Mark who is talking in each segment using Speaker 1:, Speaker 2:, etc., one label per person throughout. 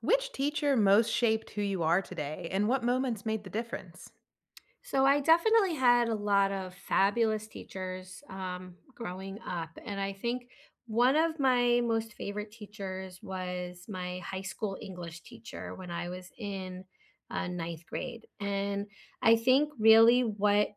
Speaker 1: Which teacher most shaped who you are today and what moments made the difference?
Speaker 2: So I definitely had a lot of fabulous teachers growing up. And I think one of my most favorite teachers was my high school English teacher when I was in ninth grade. And I think really what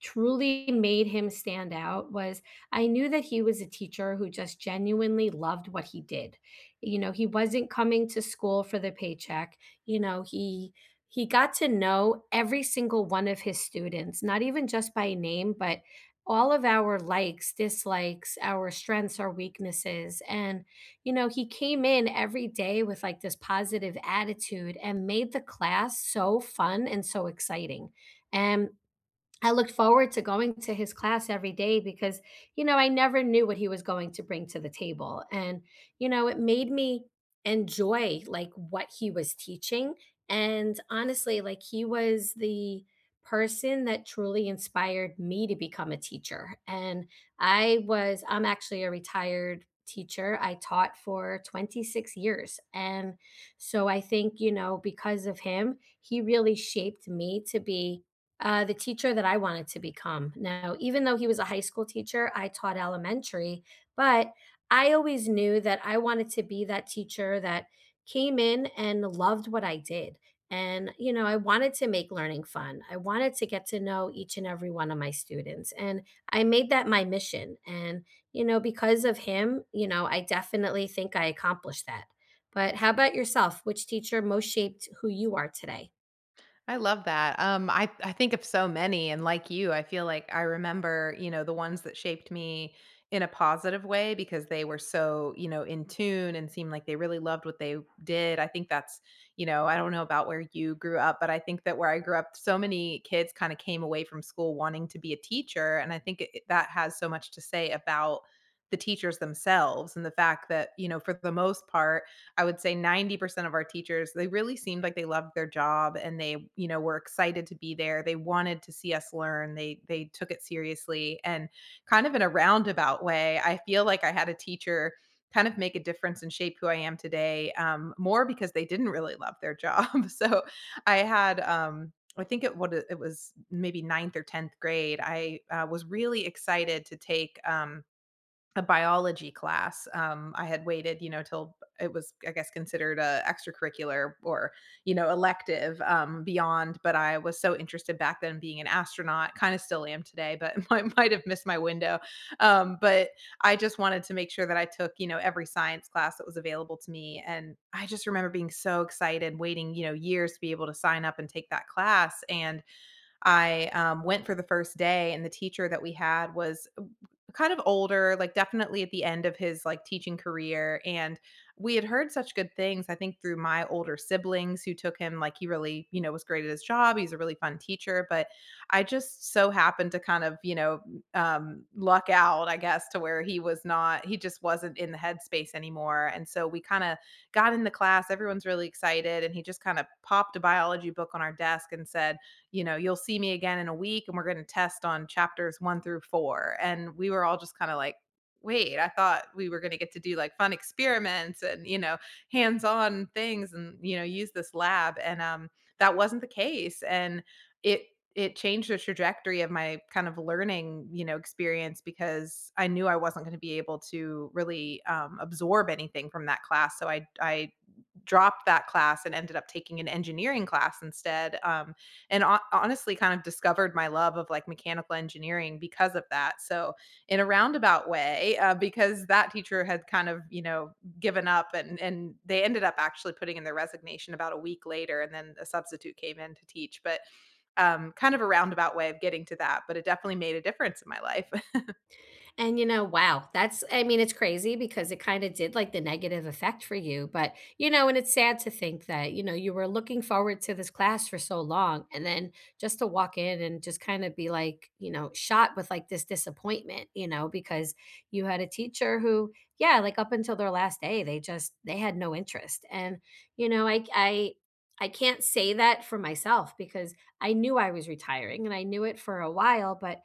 Speaker 2: truly made him stand out was I knew that he was a teacher who just genuinely loved what he did. You know, he wasn't coming to school for the paycheck. You know, he got to know every single one of his students, not even just by name, but all of our likes, dislikes, our strengths, our weaknesses. And, you know, he came in every day with like this positive attitude and made the class so fun and so exciting. And I looked forward to going to his class every day because, you know, I never knew what he was going to bring to the table. And, you know, it made me enjoy like what he was teaching. And honestly, like he was the person that truly inspired me to become a teacher. And I'm actually a retired teacher. I taught for 26 years. And so I think, you know, because of him, he really shaped me to be the teacher that I wanted to become. Now, even though he was a high school teacher, I taught elementary, but I always knew that I wanted to be that teacher that came in and loved what I did. And, you know, I wanted to make learning fun. I wanted to get to know each and every one of my students. And I made that my mission. And, you know, because of him, you know, I definitely think I accomplished that. But how about yourself? Which teacher most shaped who you are today?
Speaker 1: I love that. I think of so many, and like you, I feel like I remember, you know, the ones that shaped me in a positive way because they were so, you know, in tune and seemed like they really loved what they did. I think that's, you know, I don't know about where you grew up, but I think that where I grew up, so many kids kind of came away from school wanting to be a teacher. And I think that has so much to say about the teachers themselves and the fact that, you know, for the most part, I would say 90% of our teachers, they really seemed like they loved their job and they, you know, were excited to be there. They wanted to see us learn. They took it seriously and kind of in a roundabout way, I feel like I had a teacher kind of make a difference and shape who I am today, more because they didn't really love their job. So I had, I think it was maybe ninth or tenth grade. I was really excited to take a biology class. I had waited, you know, till it was, I guess, considered a extracurricular or, you know, elective, beyond. But I was so interested back then in being an astronaut, kind of still am today, but might have missed my window. But I just wanted to make sure that I took, you know, every science class that was available to me. And I just remember being so excited, waiting, you know, years to be able to sign up and take that class. And I, went for the first day, and the teacher that we had was, kind of older, like, definitely at the end of his, like, teaching career, and we had heard such good things, I think, through my older siblings who took him, like, he really, you know, was great at his job, he's a really fun teacher, but I just so happened to kind of, you know, luck out, I guess, to where he just wasn't in the headspace anymore, and so we kinda got in the class, everyone's really excited, and he just kinda popped a biology book on our desk and said, you know, you'll see me again in a week and we're going to test on chapters one through four. And we were all just kind of like, wait, I thought we were going to get to do like fun experiments and, you know, hands on things and, you know, use this lab. And that wasn't the case. And it, it changed the trajectory of my kind of learning, you know, experience because I knew I wasn't going to be able to really, absorb anything from that class. So I dropped that class and ended up taking an engineering class instead, and honestly kind of discovered my love of like mechanical engineering because of that. So in a roundabout way, because that teacher had kind of, you know, given up, and they ended up actually putting in their resignation about a week later and then a substitute came in to teach. But kind of a roundabout way of getting to that, but it definitely made a difference in my life.
Speaker 2: And you know, wow, that's I mean, it's crazy because it kind of did like the negative effect for you, but you know, and it's sad to think that, you know, you were looking forward to this class for so long and then just to walk in and just kind of be like, you know, shot with like this disappointment, you know, because you had a teacher who, yeah, like up until their last day, they had no interest. And you know, I I can't say that for myself because I knew I was retiring and I knew it for a while, but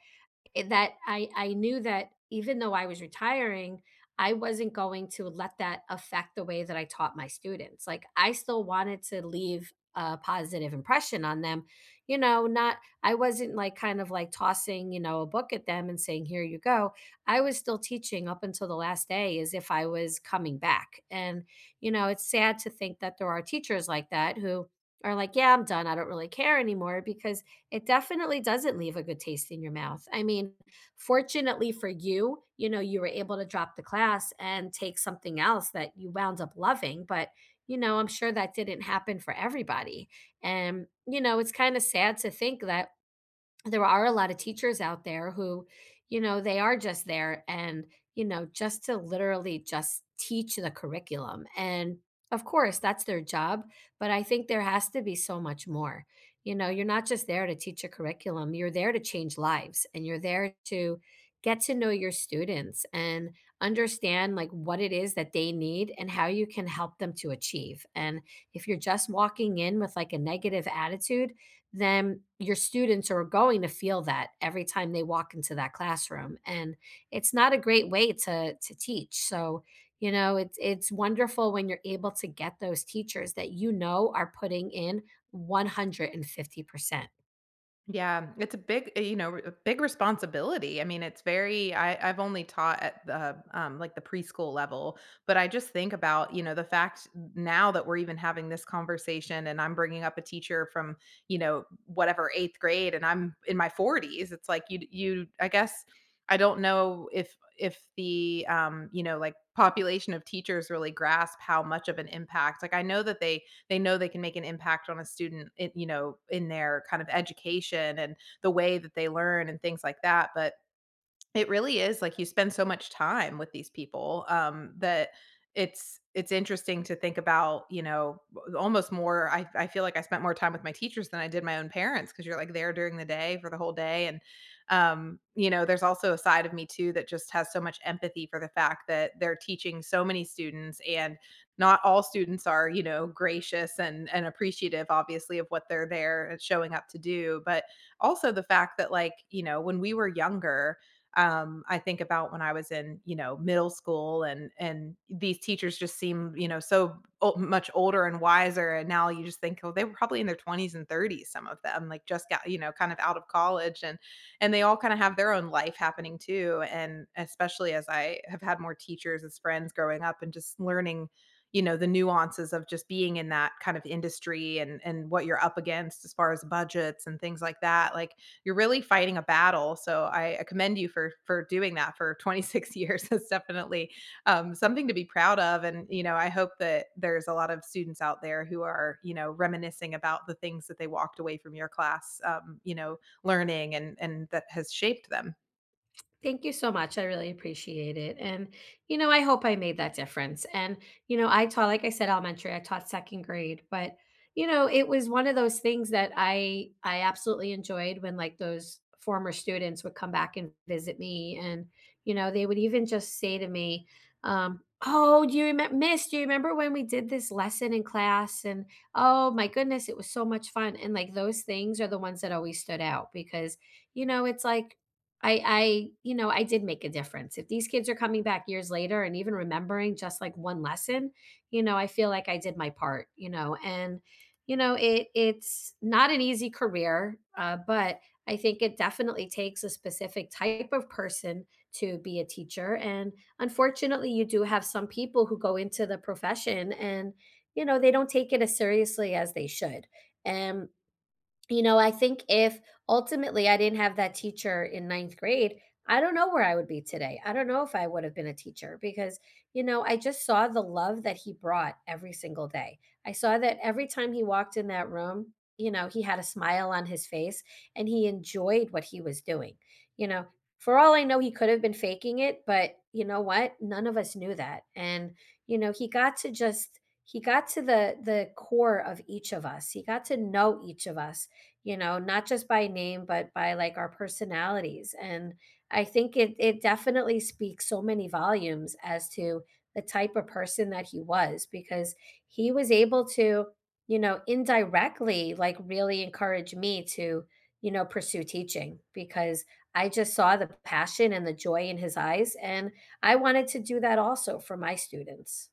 Speaker 2: it that I knew that even though I was retiring, I wasn't going to let that affect the way that I taught my students. Like, I still wanted to leave a positive impression on them, you know, not I wasn't, like, kind of, like, tossing, you know, a book at them and saying, "Here you go." I was still teaching up until the last day as if I was coming back, and, you know, it's sad to think that there are teachers like that who are like, "Yeah, I'm done. I don't really care anymore," because it definitely doesn't leave a good taste in your mouth. I mean, fortunately for you, you know, you were able to drop the class and take something else that you wound up loving, but you know, I'm sure that didn't happen for everybody. And you know, it's kind of sad to think that there are a lot of teachers out there who, you know, they are just there and, you know, just to literally just teach the curriculum. And of course, that's their job, but I think there has to be so much more. You know, you're not just there to teach a curriculum, you're there to change lives and you're there to get to know your students and understand like what it is that they need and how you can help them to achieve. And if you're just walking in with like a negative attitude, then your students are going to feel that every time they walk into that classroom and it's not a great way to teach. So you know it's wonderful when you're able to get those teachers that you know are putting in 150%.
Speaker 1: Yeah, it's a big, you know, a big responsibility. I mean, it's very. I, I've only taught at the, like the preschool level, but I just think about, you know, the fact now that we're even having this conversation, and I'm bringing up a teacher from, you know, whatever eighth grade, and I'm in my 40s. It's like you. I guess I don't know if the, you know, like population of teachers really grasp how much of an impact. Like I know that they know they can make an impact on a student in, you know, in their kind of education and the way that they learn and things like that, but it really is, like, you spend so much time with these people, that it's interesting to think about, you know, w almost more, I feel like I spent more time with my teachers than I did my own parents because 'cause you're, like, there during the day for the whole day, and, you know, there's also a side of me too that just has so much empathy for the fact that they're teaching so many students, and not all students are, you know, gracious and appreciative, obviously, of what they're there and showing up to do, but also the fact that, like, you know, when we were younger, I think about when I was in, you know, middle school and these teachers just seem, you know, so much older and wiser. And now you just think, oh, they were probably in their 20s and 30s, some of them, like just got, you know, kind of out of college, and they all kind of have their own life happening too. And especially as I have had more teachers as friends growing up and just learning, you know, the nuances of just being in that kind of industry and what you're up against as far as budgets and things like that, like you're really fighting a battle. So I commend you for doing that for 26 years. It's definitely, something to be proud of. And you know, I hope that there's a lot of students out there who are, you know, reminiscing about the things that they walked away from your class, you know, learning and that has shaped them.
Speaker 2: Thank you so much. I really appreciate it. And, you know, I hope I made that difference. And, you know, I taught, like I said, elementary, I taught second grade, but, you know, it was one of those things that I absolutely enjoyed when like those former students would come back and visit me. And, you know, they would even just say to me, um, oh, do you remember, Miss? Do you remember when we did this lesson in class? And oh my goodness, it was so much fun. And like those things are the ones that always stood out because, you know, it's like I did make a difference. If these kids are coming back years later and even remembering just like one lesson, you know, I feel like I did my part, you know. And you know, it's not an easy career, but I think it definitely takes a specific type of person to be a teacher. And unfortunately, you do have some people who go into the profession and you know, they don't take it as seriously as they should. And you know, I think if ultimately I didn't have that teacher in ninth grade, I don't know where I would be today. I don't know if I would have been a teacher because, you know, I just saw the love that he brought every single day. I saw that every time he walked in that room, you know, he had a smile on his face and he enjoyed what he was doing. You know, for all I know, he could have been faking it, but you know what? None of us knew that. And, you know, he got to the core of each of us. He got to know each of us you know, not just by name, but by like our personalities. And I think it definitely speaks so many volumes as to the type of person that he was because he was able to, you know, indirectly like really encourage me to, you know, pursue teaching because I just saw the passion and the joy in his eyes and I wanted to do that also for my students.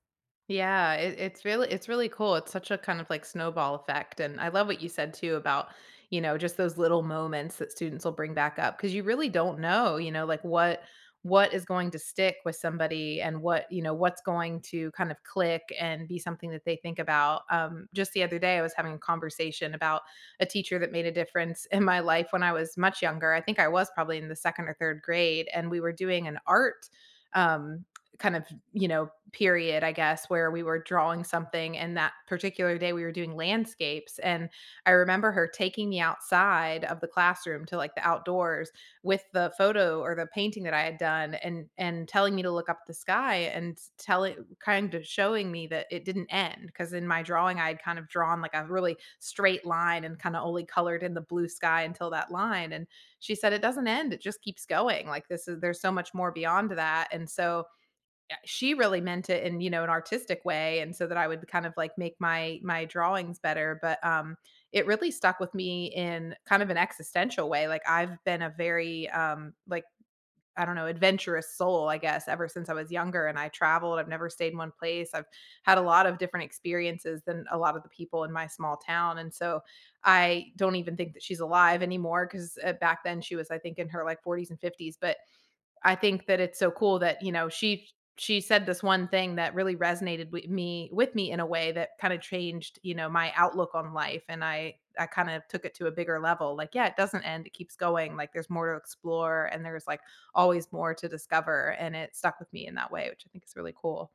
Speaker 1: Yeah, it's really, it's really cool. It's such a kind of like snowball effect, and I love what you said too about, you know, just those little moments that students will bring back up because you really don't know, you know, like what is going to stick with somebody and what, you know, what's going to kind of click and be something that they think about. Just the other day, I was having a conversation about a teacher that made a difference in my life when I was much younger. I think I was probably in the second or third grade, and we were doing an art. um kind of, you know, period, I guess, where we were drawing something. And that particular day, we were doing landscapes. And I remember her taking me outside of the classroom to like the outdoors with the photo or the painting that I had done, and telling me to look up at the sky and tell it kind of showing me that it didn't end. Cause in my drawing, I had kind of drawn like a really straight line and kind of only colored in the blue sky until that line. And she said, it doesn't end. It just keeps going. Like there's so much more beyond that. And so, she really meant it in, you know, an artistic way, and so that I would kind of like make my drawings better, but it really stuck with me in kind of an existential way. Like I've been a very, I don't know, adventurous soul, I guess, ever since I was younger, and I traveled. I've never stayed in one place. I've had a lot of different experiences than a lot of the people in my small town. And so I don't even think that she's alive anymore because, back then she was, I think, in her like 40s and 50s. But I think that it's so cool that, you know, she said this one thing that really resonated with me in a way that kind of changed, you know, my outlook on life, and I kind of took it to a bigger level. Like, yeah, it doesn't end. It keeps going. Like there's more to explore and there's like always more to discover, and it stuck with me in that way, which I think is really cool.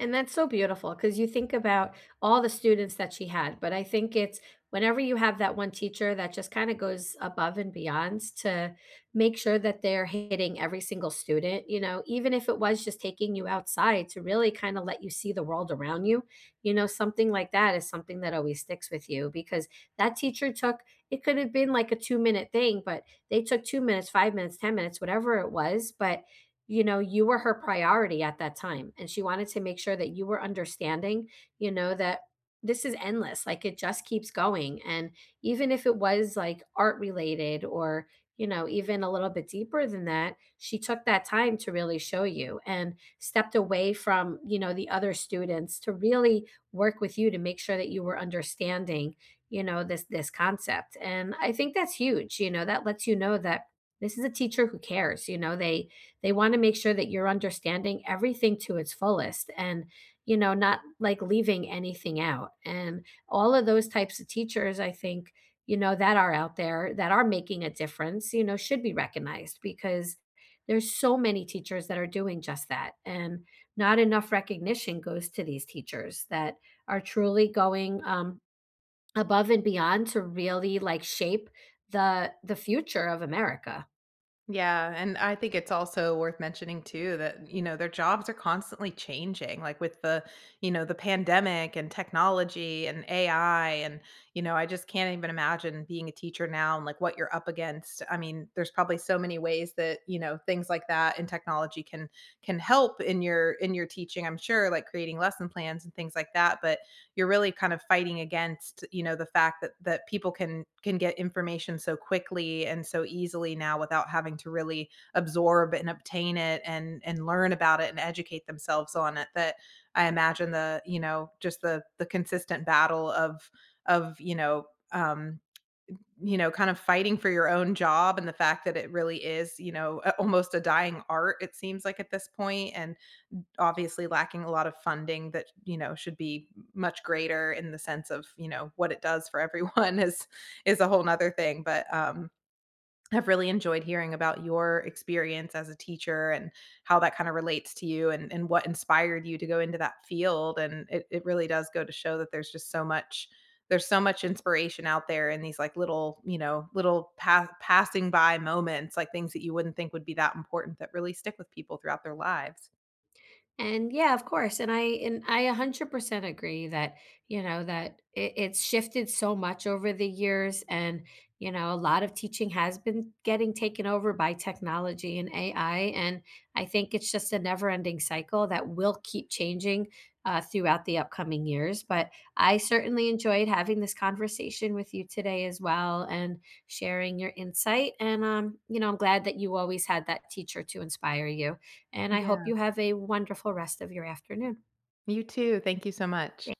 Speaker 2: And that's so beautiful because you think about all the students that she had, but I think it's whenever you have that one teacher that just kinda goes above and beyond to make sure that they're hitting every single student, you know, even if it was just taking you outside to really kinda let you see the world around you, you know, something like that is something that always sticks with you because that teacher took it could have been like a two-minute thing, but they took 2 minutes, 5 minutes, 10 minutes, whatever it was, but you know, you were her priority at that time. And she wanted to make sure that you were understanding, you know, that this is endless. Like it just keeps going. And even if it was like art related or, you know, even a little bit deeper than that, she took that time to really show you and stepped away from, you know, the other students to really work with you to make sure that you were understanding, you know, this concept. And I think that's huge, you know, that lets you know that this is a teacher who cares, you know, they want to make sure that you're understanding everything to its fullest and, you know, not like leaving anything out. And all of those types of teachers, I think, you know, that are out there that are making a difference, you know, should be recognized because there's so many teachers that are doing just that. And not enough recognition goes to these teachers that are truly going above and beyond to really like shape the future of America.
Speaker 1: Yeah, and I think it's also worth mentioning too that, you know, their jobs are constantly changing, like with the, you know, the pandemic and technology and AI. And, you know, I just can't even imagine being a teacher now and like what you're up against. I mean, there's probably so many ways that, you know, things like that and technology can help in your teaching, I'm sure, like creating lesson plans and things like that. But you're really kind of fighting against, you know, the fact that people can get information so quickly and so easily now without having to really absorb and obtain it and learn about it and educate themselves on it, that I imagine the, you know, just the consistent battle of you know, um you know, kind of fighting for your own job and the fact that it really is, you know, almost a dying art, it seems like, at this point, and obviously lacking a lot of funding that, you know, should be much greater in the sense of, you know, what it does for everyone is a whole nother thing. But I've really enjoyed hearing about your experience as a teacher and how that kind of relates to you, and what inspired you to go into that field. And it really does go to show that there's just so much, there's so much inspiration out there in these like little, you know, little passing by moments, like things that you wouldn't think would be that important that really stick with people throughout their lives.
Speaker 2: And yeah, of course. And I 100% agree that, you know, that it, it's shifted so much over the years and, you know, a lot of teaching has been getting taken over by technology and AI and I think it's just a never-ending cycle that will keep changing throughout the upcoming years, but I certainly enjoyed having this conversation with you today as well and sharing your insight and you know, I'm glad that you always had that teacher to inspire you. And I hope
Speaker 1: Yeah.
Speaker 2: you have a wonderful rest of your afternoon.
Speaker 1: You too. Thank you so much.